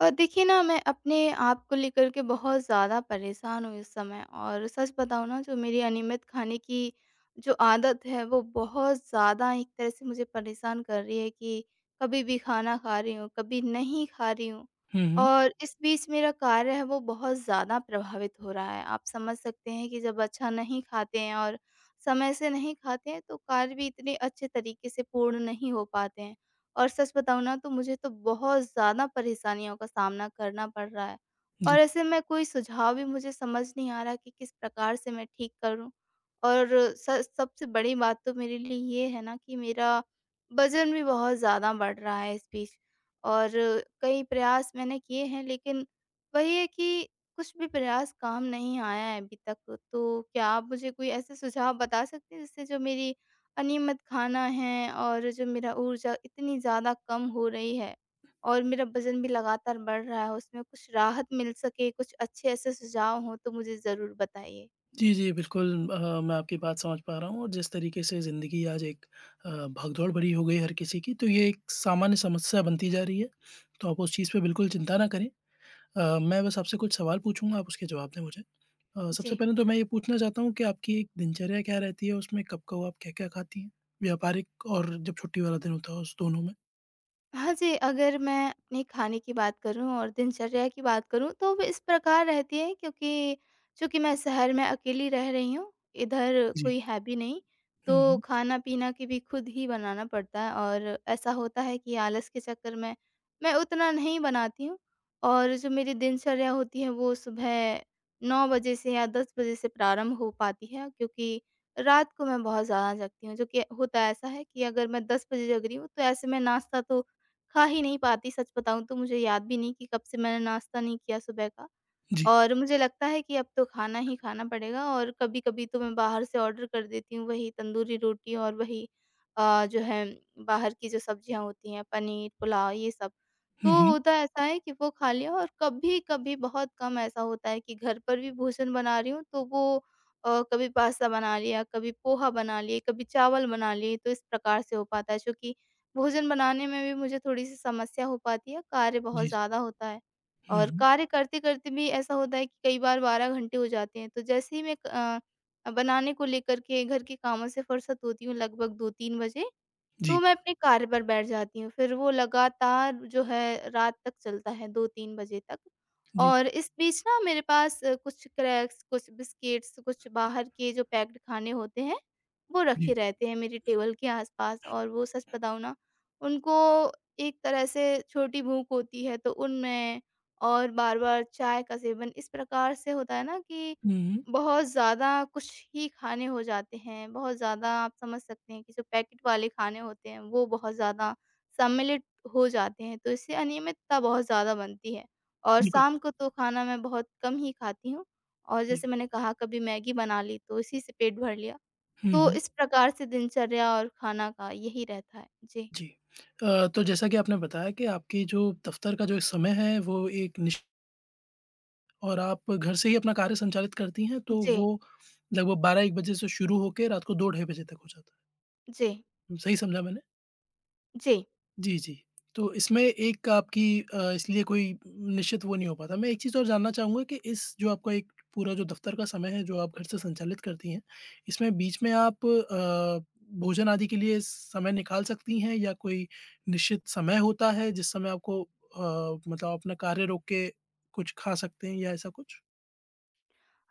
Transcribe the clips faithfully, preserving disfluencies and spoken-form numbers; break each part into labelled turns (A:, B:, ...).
A: अ, देखिए ना मैं अपने आप को लेकर के बहुत ज़्यादा परेशान हूँ इस समय, और सच बताऊँ ना जो मेरी अनियमित खाने की जो आदत है वो बहुत ज़्यादा एक तरह से मुझे परेशान कर रही है कि कभी भी खाना खा रही हूँ, कभी नहीं खा रही हूँ।
B: हुँ, हुँ।
A: और इस बीच मेरा कार्य है वो बहुत ज़्यादा प्रभावित हो रहा है। आप समझ सकते हैं कि जब अच्छा नहीं खाते हैं और समय से नहीं खाते हैं तो कार्य भी इतने अच्छे तरीके से पूर्ण नहीं हो पाते हैं। और सच बताऊँ ना तो मुझे तो बहुत ज़्यादा परेशानियों का सामना करना पड़ रहा है। और
B: जी।
A: ऐसे में कोई सुझाव भी मुझे समझ नहीं आ रहा कि किस प्रकार से मैं ठीक करूँ। और स सबसे बड़ी बात तो मेरे लिए ये है ना कि मेरा वज़न भी बहुत ज़्यादा बढ़ रहा है इस बीच। और कई प्रयास मैंने किए हैं, लेकिन वही है कि कुछ भी प्रयास काम नहीं आया है अभी तक। तो क्या आप मुझे कोई ऐसे सुझाव बता सकते हैं जिससे जो मेरी अनियमित खाना है और जो मेरा ऊर्जा इतनी ज़्यादा कम हो रही है और मेरा वज़न भी लगातार बढ़ रहा है, उसमें कुछ राहत मिल सके? कुछ अच्छे ऐसे सुझाव हों तो मुझे ज़रूर बताइए।
B: जी, जी, बिल्कुल अ, मैं आपकी बात समझ पा रहा हूँ और जिस तरीके से ज़िंदगी आज एक अ, भागदौड़ भरी हो गई है हर किसी की, तो ये एक सामान्य समस्या बनती जा रही है, तो आप उस चीज़ पे बिल्कुल चिंता ना करें। अ, मैं बस आपसे कुछ सवाल पूछूँगा, आप उसके जवाब दें मुझे। अ, सबसे
A: जी।
B: पहले तो मैं ये पूछना चाहता हूँ कि आपकी एक दिनचर्या क्या रहती है? उसमें कब-कब आप क्या-क्या खाती हैं? व्यापारिक और जब छुट्टी वाला दिन होता है, उस दोनों में?
A: हाँ जी, अगर मैं अपने खाने की बात करूँ और दिनचर्या की बात करूँ तो वो इस प्रकार रहती है, क्योंकि चूँकि मैं शहर में अकेली रह रही हूँ, इधर
B: जी।
A: कोई है भी नहीं,
B: हुँ,
A: तो
B: हुँ।
A: खाना-पीना की भी खुद ही बनाना पड़ता है। और ऐसा होता है कि आलस के चक्कर में मैं उतना नहीं बनाती हूँ। और जो मेरी दिनचर्या होती है वो सुबह नौ बजे से या दस बजे से प्रारंभ हो पाती है, क्योंकि रात को मैं बहुत ज़्यादा जगती हूँ। जो कि होता ऐसा है कि अगर मैं दस बजे जग रही हूँ तो ऐसे में नाश्ता तो खा ही नहीं पाती। सच बताऊँ तो मुझे याद भी नहीं कि कब से मैंने नाश्ता नहीं किया सुबह का।
B: जी।
A: और मुझे लगता है कि अब तो खाना ही खाना पड़ेगा। और कभी-कभी तो मैं बाहर से ऑर्डर कर देती हूँ, वही तंदूरी रोटी और वही अ, जो है बाहर की जो सब्जियाँ होती हैं, पनीर, पुलाव, ये सब। तो
B: हुँ, हुँ।
A: होता ऐसा है कि वो खा लिया। और कभी-कभी बहुत कम ऐसा होता है कि घर पर भी भोजन बना रही हूँ, तो वो अ, कभी पास्ता बना लिया, कभी पोहा बना लिए, कभी चावल बना लिए, तो इस प्रकार से हो पाता है। चूँकि भोजन बनाने में भी मुझे थोड़ी-सी समस्या हो पाती है, कार्य बहुत
B: जी, जी।
A: ज़्यादा होता है।
B: हुँ,
A: और
B: हुँ।
A: कार्य करते-करते भी ऐसा होता है कि कई बार बारह घंटे हो जाते हैं। तो जैसे ही मैं अ, बनाने को लेकर के घर के कामों से फुर्सत होती हूँ लगभग दो तीन बजे, तो
B: जी।
A: मैं अपने कार्य पर बैठ जाती हूँ, फिर वो लगातार जो है रात तक चलता है दो तीन बजे तक।
B: जी,
A: और इस बीच ना मेरे पास अ, कुछ क्रैक्स, कुछ बिस्किट्स, कुछ बाहर के जो पैक्ड खाने होते हैं, वो रखे
B: जी।
A: रहते हैं मेरी टेबल के आस-पास। और वो सच बताऊँ ना, उनको एक तरह से छोटी भूख होती है तो उनमें, और बार-बार चाय का सेवन इस प्रकार से होता है ना कि
B: हुँ, हुँ।
A: बहुत ज़्यादा कुछ ही खाने हो जाते हैं। बहुत ज़्यादा आप समझ सकते हैं कि जो पैकेट वाले खाने होते हैं, वो बहुत ज़्यादा सम्मिलित हो जाते हैं, तो इससे अनियमितता बहुत ज़्यादा बनती है। और
B: बिल्कुल।
A: शाम को तो खाना मैं बहुत कम ही खाती हूँ। और
B: जी।
A: जैसे मैंने कहा, कभी मैगी बना ली तो इसी से पेट भर लिया।
B: हुँ,
A: तो
B: हुँ।
A: इस प्रकार से दिनचर्या और खाना का यही रहता है। जी।
B: जी। अ, तो जैसा कि आपने बताया कि आपकी जो दफ़्तर का जो समय है वो एक निश और आप घर से ही अपना कार्य संचालित करती हैं तो
A: जी।
B: वो लगभग बारह एक बजे से शुरू होके रात को दो ढाई बजे तक हो जाता
A: जी।
B: है। सही समझा मैंने?
A: जी।
B: जी, जी। तो इसमें एक आपकी अ, इसलिए कोई निश्चित वो नहीं हो पाता। मैं एक चीज़ और जानना चाहूँगा कि इस जो आपका एक पूरा जो दफ़्तर का समय है, जो आप घर से संचालित करती हैं, इसमें बीच में आप अ, भोजन आदि के लिए समय निकाल सकती हैं या कोई निश्चित समय होता है जिस समय आपको अ, मतलब अपना कार्य रोक के कुछ खा सकते हैं या ऐसा कुछ?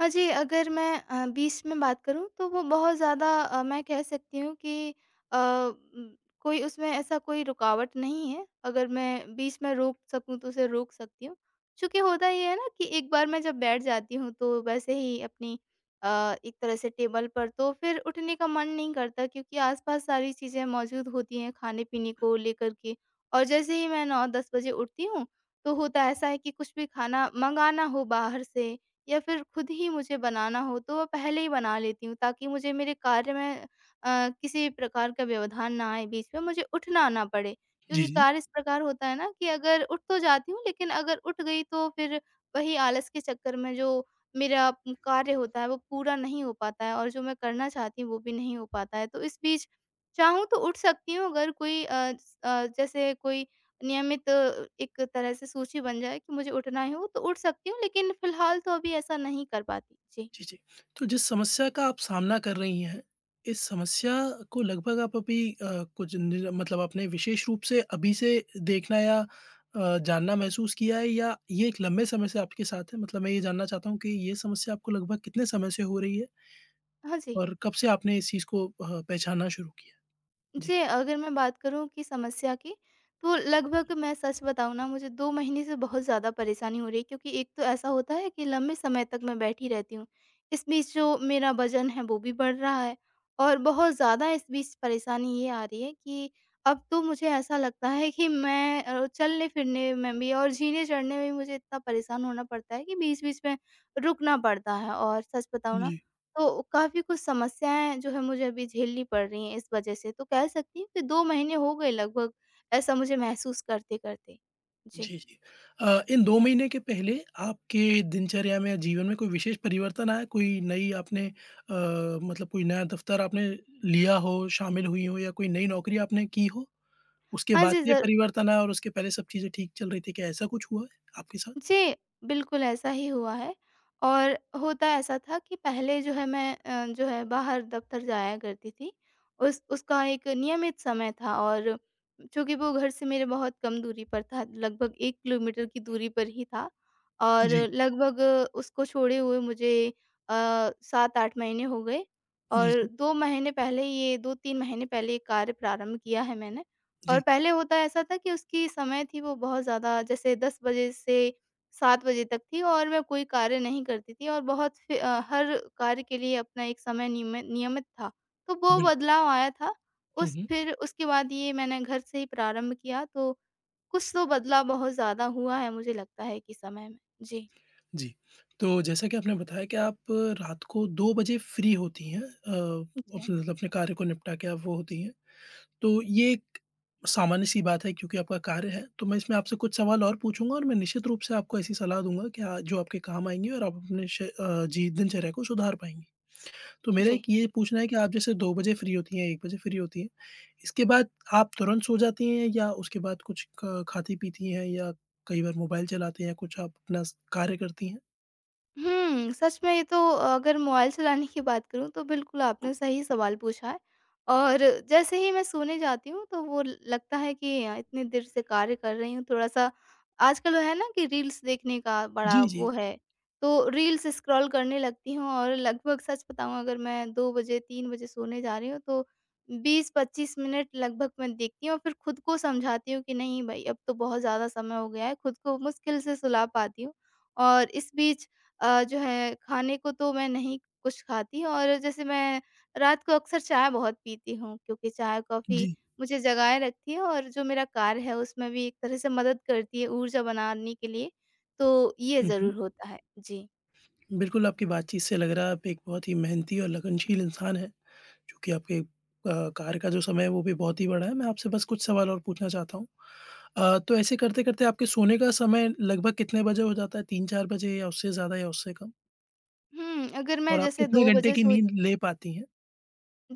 A: हाँ जी, अगर मैं अ, बीच में बात करूँ तो वो बहुत ज़्यादा, अ, मैं कह सकती हूँ कि अ, उम, कोई उसमें ऐसा कोई रुकावट नहीं है। अगर मैं बीच में रोक सकूँ तो उसे रोक सकती हूँ। चूँकि होता ये है ना कि एक बार मैं जब बैठ जाती हूँ तो वैसे ही अपनी अ, एक तरह से टेबल पर तो फिर उठने का मन नहीं करता, क्योंकि आस-पास सारी चीज़ें मौजूद होती हैं खाने-पीने को लेकर के। और जैसे ही मैं नौ दस बजे उठती हूँ तो होता ऐसा है कि कुछ भी खाना मँगाना हो बाहर से या फिर खुद ही मुझे बनाना हो तो वह पहले ही बना लेती हूँ, ताकि मुझे मेरे कार्य में अ, किसी प्रकार का व्यवधान ना आए बीच में, मुझे उठना ना पड़े।
B: जी,
A: क्योंकि
B: जी।
A: कार्य इस प्रकार होता है ना कि अगर उठ तो जाती हूँ, लेकिन अगर उठ गई तो फिर वही आलस के चक्कर में जो मेरा उम, कार्य होता है वो पूरा नहीं हो पाता है, और जो मैं करना चाहती हूँ वो भी नहीं हो पाता है। तो इस बीच चाहूँ तो उठ सकती हूँ, अगर कोई अ, स अ, जैसे कोई नियमित अ, एक तरह से सूची बन जाए कि मुझे उठना ही हो तो उठ सकती हूँ, लेकिन फ़िलहाल तो अभी ऐसा नहीं कर पाती। जी।
B: जी, जी। तो जिस समस्या का आप सामना कर रही हैं, इस समस्या को लगभग आप अभी अ, कुछ निर मतलब आपने विशेष रूप से अभी से देखना या अ, जानना महसूस किया है या ये एक लंबे समय से आपके साथ है? मतलब मैं ये जानना चाहता हूँ कि ये समस्या आपको लगभग कितने समय से हो रही है
A: हाँ जी।
B: और कब से आपने इस चीज़ को अ, पहचानना शुरू किया?
A: जी, अगर मैं बात करूँ कि समस्या की, तो लगभग मैं सच बताऊँ ना मुझे दो महीने से बहुत ज़्यादा परेशानी हो रही है, क्योंकि एक तो ऐसा होता है कि लंबे समय तक मैं बैठी रहती हूँ। इस बीच जो मेरा वज़न है वो भी बढ़ रहा है, और बहुत ज़्यादा इस बीच परेशानी ये आ रही है कि अब तो मुझे ऐसा लगता है कि मैं अ, चलने-फिरने में भी और जीने-चढ़ने में भी मुझे इतना परेशान होना पड़ता है कि बीच-बीच में रुकना पड़ता है। और सच बताऊँ ना
B: जी।
A: तो काफ़ी कुछ समस्याएँ जो है मुझे अभी झेलनी पड़ रही हैं इस वजह से। तो कह सकती हूँ कि दो महीने हो गए लगभग ऐसा मुझे महसूस करते-करते। जी।
B: जी, जी। अ, इन दो महीने के पहले आपके दिनचर्या में या जीवन में कोई विशेष परिवर्तन आया? कोई नई आपने अ, मतलब कोई नया दफ़्तर आपने लिया हो, शामिल हुई हो या कोई नई नौकरी आपने की हो? उसके
A: हाँ
B: बाद
A: जी,
B: से
A: ज़र
B: परिवर्तन आया और उसके पहले सब चीज़ें ठीक चल रही थी, क्या ऐसा कुछ हुआ है आपके साथ?
A: जी, बिल्कुल ऐसा ही हुआ है। और होता ऐसा था कि पहले जो है मैं अ, जो है बाहर दफ़्तर जाया करती थी। उस उसका एक नियमित समय था, और चूँकि वो घर से मेरे बहुत कम दूरी पर था, लगभग एक किलोमीटर की दूरी पर ही था। और
B: जी।
A: लगभग उसको छोड़े हुए मुझे अ, सात आठ महीने हो गए,
B: जी,
A: और
B: जी।
A: दो महीने पहले ये दो तीन महीने पहले ये कार्य प्रारंभ किया है मैंने। और
B: जी,
A: पहले होता ऐसा था कि उसकी समय थी वो बहुत ज़्यादा, जैसे दस बजे से सात बजे तक थी, और मैं कोई कार्य नहीं करती थी और बहुत फि अ, हर कार्य के लिए अपना एक समय नियमित नियमित था। तो वो
B: बिल्कुल।
A: बदलाव आया था।
B: हुँ,
A: उस
B: हुँ।
A: फिर उसके बाद ये मैंने घर से ही प्रारंभ किया, तो कुछ तो बदलाव बहुत ज़्यादा हुआ है मुझे लगता है कि समय में। जी।
B: जी। तो जैसा कि आपने बताया कि आप रात को दो बजे फ्री होती हैं अ,
A: जी।
B: अपने मतलब अपने कार्य को निपटा के आप वो होती हैं। तो ये एक सामान्य-सी बात है क्योंकि आपका कार्य है, तो मैं इसमें आपसे कुछ सवाल और पूछूँगा और मैं निश्चित रूप से आपको ऐसी सलाह दूँगा कि अ, जो आपके काम आएँगी और आप अपने श अ, जी दिनचर्या को सुधार पाएँगी। तो मेरा एक
A: जी।
B: ये पूछना है कि आप जैसे दो बजे फ्री होती हैं, एक बजे फ्री होती हैं, इसके बाद आप तुरंत सो जाती हैं या उसके बाद कुछ क खाती-पीती हैं या कई बार मोबाइल चलाती हैं, कुछ आप अपना स कार्य करती हैं?
A: हुँ, सच में ये तो, अगर मोबाइल चलाने की बात करूँ तो बिल्कुल आपने सही सवाल पूछा है। और जैसे ही मैं सोने जाती हूँ तो वो ल- लगता है कि अ, इतनी देर से कार्य कर रही हूँ, थोड़ा-सा। आजकल है ना कि रील्स देखने का
B: जी,
A: बड़ा
B: जी,
A: वो
B: जी।
A: है, तो रील्स स्क्रॉल करने लगती हूँ और लगभग सच बताऊँ अगर मैं दो बजे तीन बजे सोने जा रही हूँ तो बीस पच्चीस मिनट लगभग मैं देखती हूँ और फिर खुद को समझाती हूँ कि नहीं भई, अब तो बहुत ज़्यादा समय हो गया है, खुद को मुश्किल से सुला पाती हूँ। और इस बीच अ, जो है खाने को तो मैं नहीं कुछ खाती। और जैसे मैं रात को अक्सर चाय बहुत पीती हूँ, क्योंकि चाय-कॉफ़ी
B: जी।
A: मुझे जगाए रखती है और जो मेरा कार्य है उसमें भी एक तरह से मदद करती है ऊर्जा बनाने के लिए, तो ये
B: हुँ, हुँ।
A: ज़रूर होता है। जी।
B: बिल्कुल आपकी बातचीत से लग रहा है आप एक बहुत ही मेहनती और लगनशील इंसान हैं। चूँकि आपके अ, कार्य का जो समय है वो भी बहुत ही बड़ा है। मैं आपसे बस कुछ सवाल और पूछना चाहता हूँ। अ, तो ऐसे करते-करते आपके सोने का समय लगभग कितने बजे हो जाता है? तीन चार बजे या उससे ज़्यादा या उससे कम?
A: हुँ, अगर मैं
B: और आप
A: जैसे
B: कितने
A: दो
B: घंटे
A: बजे
B: की
A: सो
B: नींद ले पाती हैं?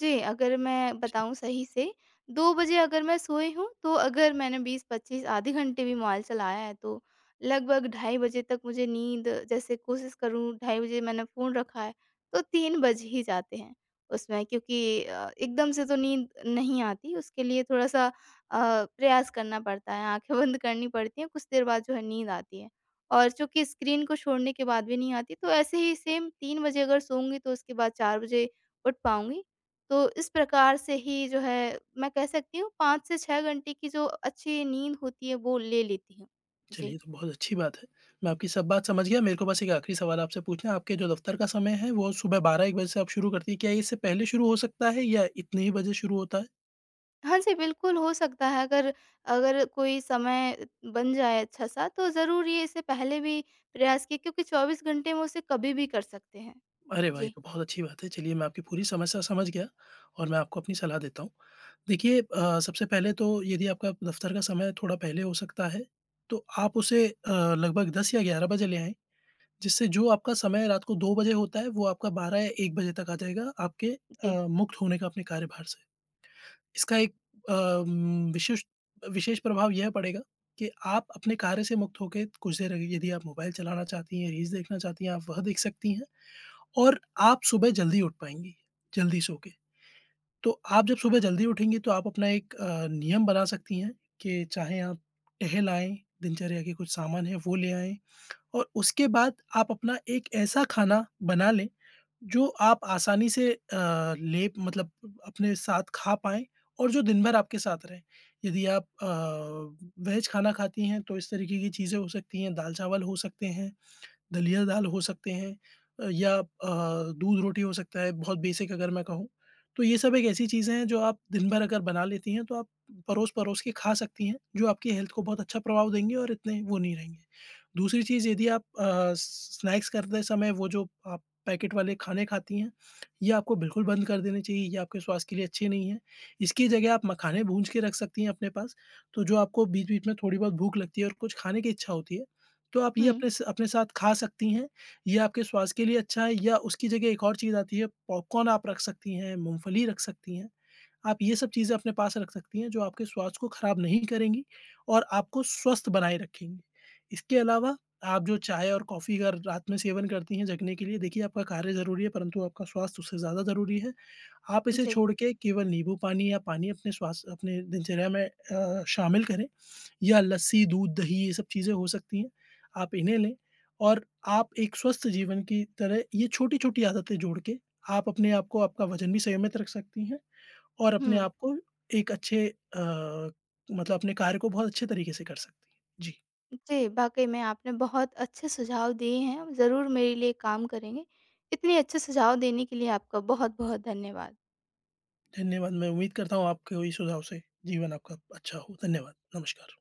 A: जी, अगर मैं बताऊँ सही से, दो बजे अगर मैं सोई हूँ, तो अगर मैंने बीस पच्चीस आधे घंटे भी मोबाइल चलाया है, तो लगभग ढाई बजे तक मुझे नींद, जैसे कोशिश करूँ, ढाई बजे मैंने फ़ोन रखा है, तो तीन बज ही जाते हैं उसमें, क्योंकि अ, एकदम से तो नींद नहीं आती, उसके लिए थोड़ा-सा अ, प्रयास करना पड़ता है, आँखें बंद करनी पड़ती हैं, कुछ देर बाद जो है नींद आती है। और चूँकि स्क्रीन को छोड़ने के बाद भी नहीं आती, तो ऐसे ही सेम तीन बजे अगर सोऊँगी, तो उसके बाद चार बजे उठ पाऊँगी। तो इस प्रकार से ही जो है मैं कह सकती हूँ पाँच से छह घंटे की जो अच्छी नींद होती है वो ले लेती हूँ।
B: चलिए,
A: जी।
B: ये तो बहुत अच्छी बात है। मैं आपकी सब बात समझ गया। मेरे को बस एक आखिरी सवाल आपसे पूछना है, आपके जो दफ़्तर का समय है वो सुबह बारह एक बजे से आप शुरू करती हैं। क्या ये इससे पहले शुरू हो सकता है या इतने ही बजे शुरू होता है?
A: हाँ जी, बिल्कुल हो सकता है। अगर अगर कोई समय बन जाए अच्छा सा तो ज़रूर, ये इससे पहले भी प्रयास किए, क्योंकि चौबीस घंटे में उसे कभी भी कर सकते हैं।
B: अरे वाह! ये
A: जी,
B: तो बहुत अच्छी बात है। चलिए, मैं आपकी पूरी समस्या समझ गया और मैं आपको अपनी सलाह देता हूँ। देखिए अ, सबसे पहले तो यदि आपका दफ़्तर का समय थोड़ा पहले हो सकता है, तो आप उसे अ, लगभग दस या ग्यारह बजे ले आएँ, जिससे जो आपका समय रात को दो बजे होता है, वो आपका बारह या एक बजे तक आ जाएगा आपके
A: जी।
B: अ, मुक्त होने का अपने कार्यभार से। इसका एक अ, विशिष्ट विशेष विशेष प्रभाव यह पड़ेगा कि आप अपने कार्य से मुक्त होके कुछ देर यदि आप मोबाइल चलाना चाहती हैं, रील्स देखना चाहती हैं, आप वह देख सकती हैं। और आप सुबह जल्दी उठ पाएँगी, जल्दी सो के। तो आप जब सुबह जल्दी उठेंगी तो आप अपना एक अ, नियम बना सकती हैं कि चाहे आप टहल आएँ, दिनचर्या के कुछ सामान हैं वो ले आएँ और उसके बाद आप अपना एक ऐसा खाना बना लें, जो आप आसानी से अ, ले मतलब अपने साथ खा पाएँ और जो दिन भर आपके साथ रहे। यदि आप अ, वेज खाना खाती हैं तो इस तरीके की चीज़ें हो सकती हैं, दाल-चावल हो सकते हैं। दलिया दाल हो सकते हैं अ, या अ, दूध-रोटी हो सकता है, बहुत बेसिक अगर मैं कहूँ। तो ये सब एक ऐसी चीज़ें हैं जो आप दिन भर अगर बना लेती हैं, तो आप परोस-परोस के खा सकती हैं, जो आपकी हेल्थ को बहुत अच्छा प्रभाव देंगी और इतने वो नहीं रहेंगे। दूसरी चीज़ यदि आप अ, स्नैक्स करते समय वो जो आप पैकेट वाले खाने खाती हैं, ये आपको बिल्कुल बंद कर देने चाहिए, ये आपके स्वास्थ्य के लिए अच्छे नहीं हैं। इसकी जगह आप मखाने भून के रख सकती हैं अपने पास, तो जो आपको बीच-बीच में थोड़ी बहुत भूख लगती है और कुछ खाने की इच्छा होती है तो आप ये
A: हुँ,
B: अपने स अपने साथ खा सकती हैं। ये आपके स्वास्थ्य के लिए अच्छा है या उसकी जगह एक और चीज़ आती है, पॉपकॉर्न आप रख सकती हैं, मूँगफली रख सकती हैं। आप ये सब चीज़ें अपने पास रख सकती हैं जो आपके स्वास्थ्य को खराब नहीं करेंगी और आपको स्वस्थ बनाए रखेंगी। इसके अलावा आप जो चाय और कॉफ़ी अगर रात में सेवन करती हैं जगने के लिए, देखिए आपका कार्य ज़रूरी है परंतु आपका स्वास्थ्य उससे ज़्यादा ज़रूरी है। आप इसे
A: जी।
B: छोड़ के केवल नींबू पानी या पानी अपने स्वास्थ्य अपने दिनचर्या में अ, शामिल करें या लस्सी, दूध, दही ये सब चीज़ें हो सकती हैं। आप इन्हें लें और आप एक स्वस्थ जीवन की तरह ये छोटी-छोटी आदतें जोड़ के आप अपने आप को आपका वज़न भी संयमित रख सकती हैं और अपने
A: हुँ।
B: आप को एक अच्छे अ, मतलब अपने कार्य को बहुत अच्छे तरीके से कर सकती है। जी,
A: जी, वाक़ई में आपने बहुत अच्छे सुझाव दिए हैं, ज़रूर मेरे लिए काम करेंगे। इतने अच्छे सुझाव देने के लिए आपका बहुत-बहुत धन्यवाद।
B: धन्यवाद। मैं उम्मीद करता हूँ आपके हुई सुझाव से जीवन आपका अच्छा हो। धन्यवाद, नमस्कार।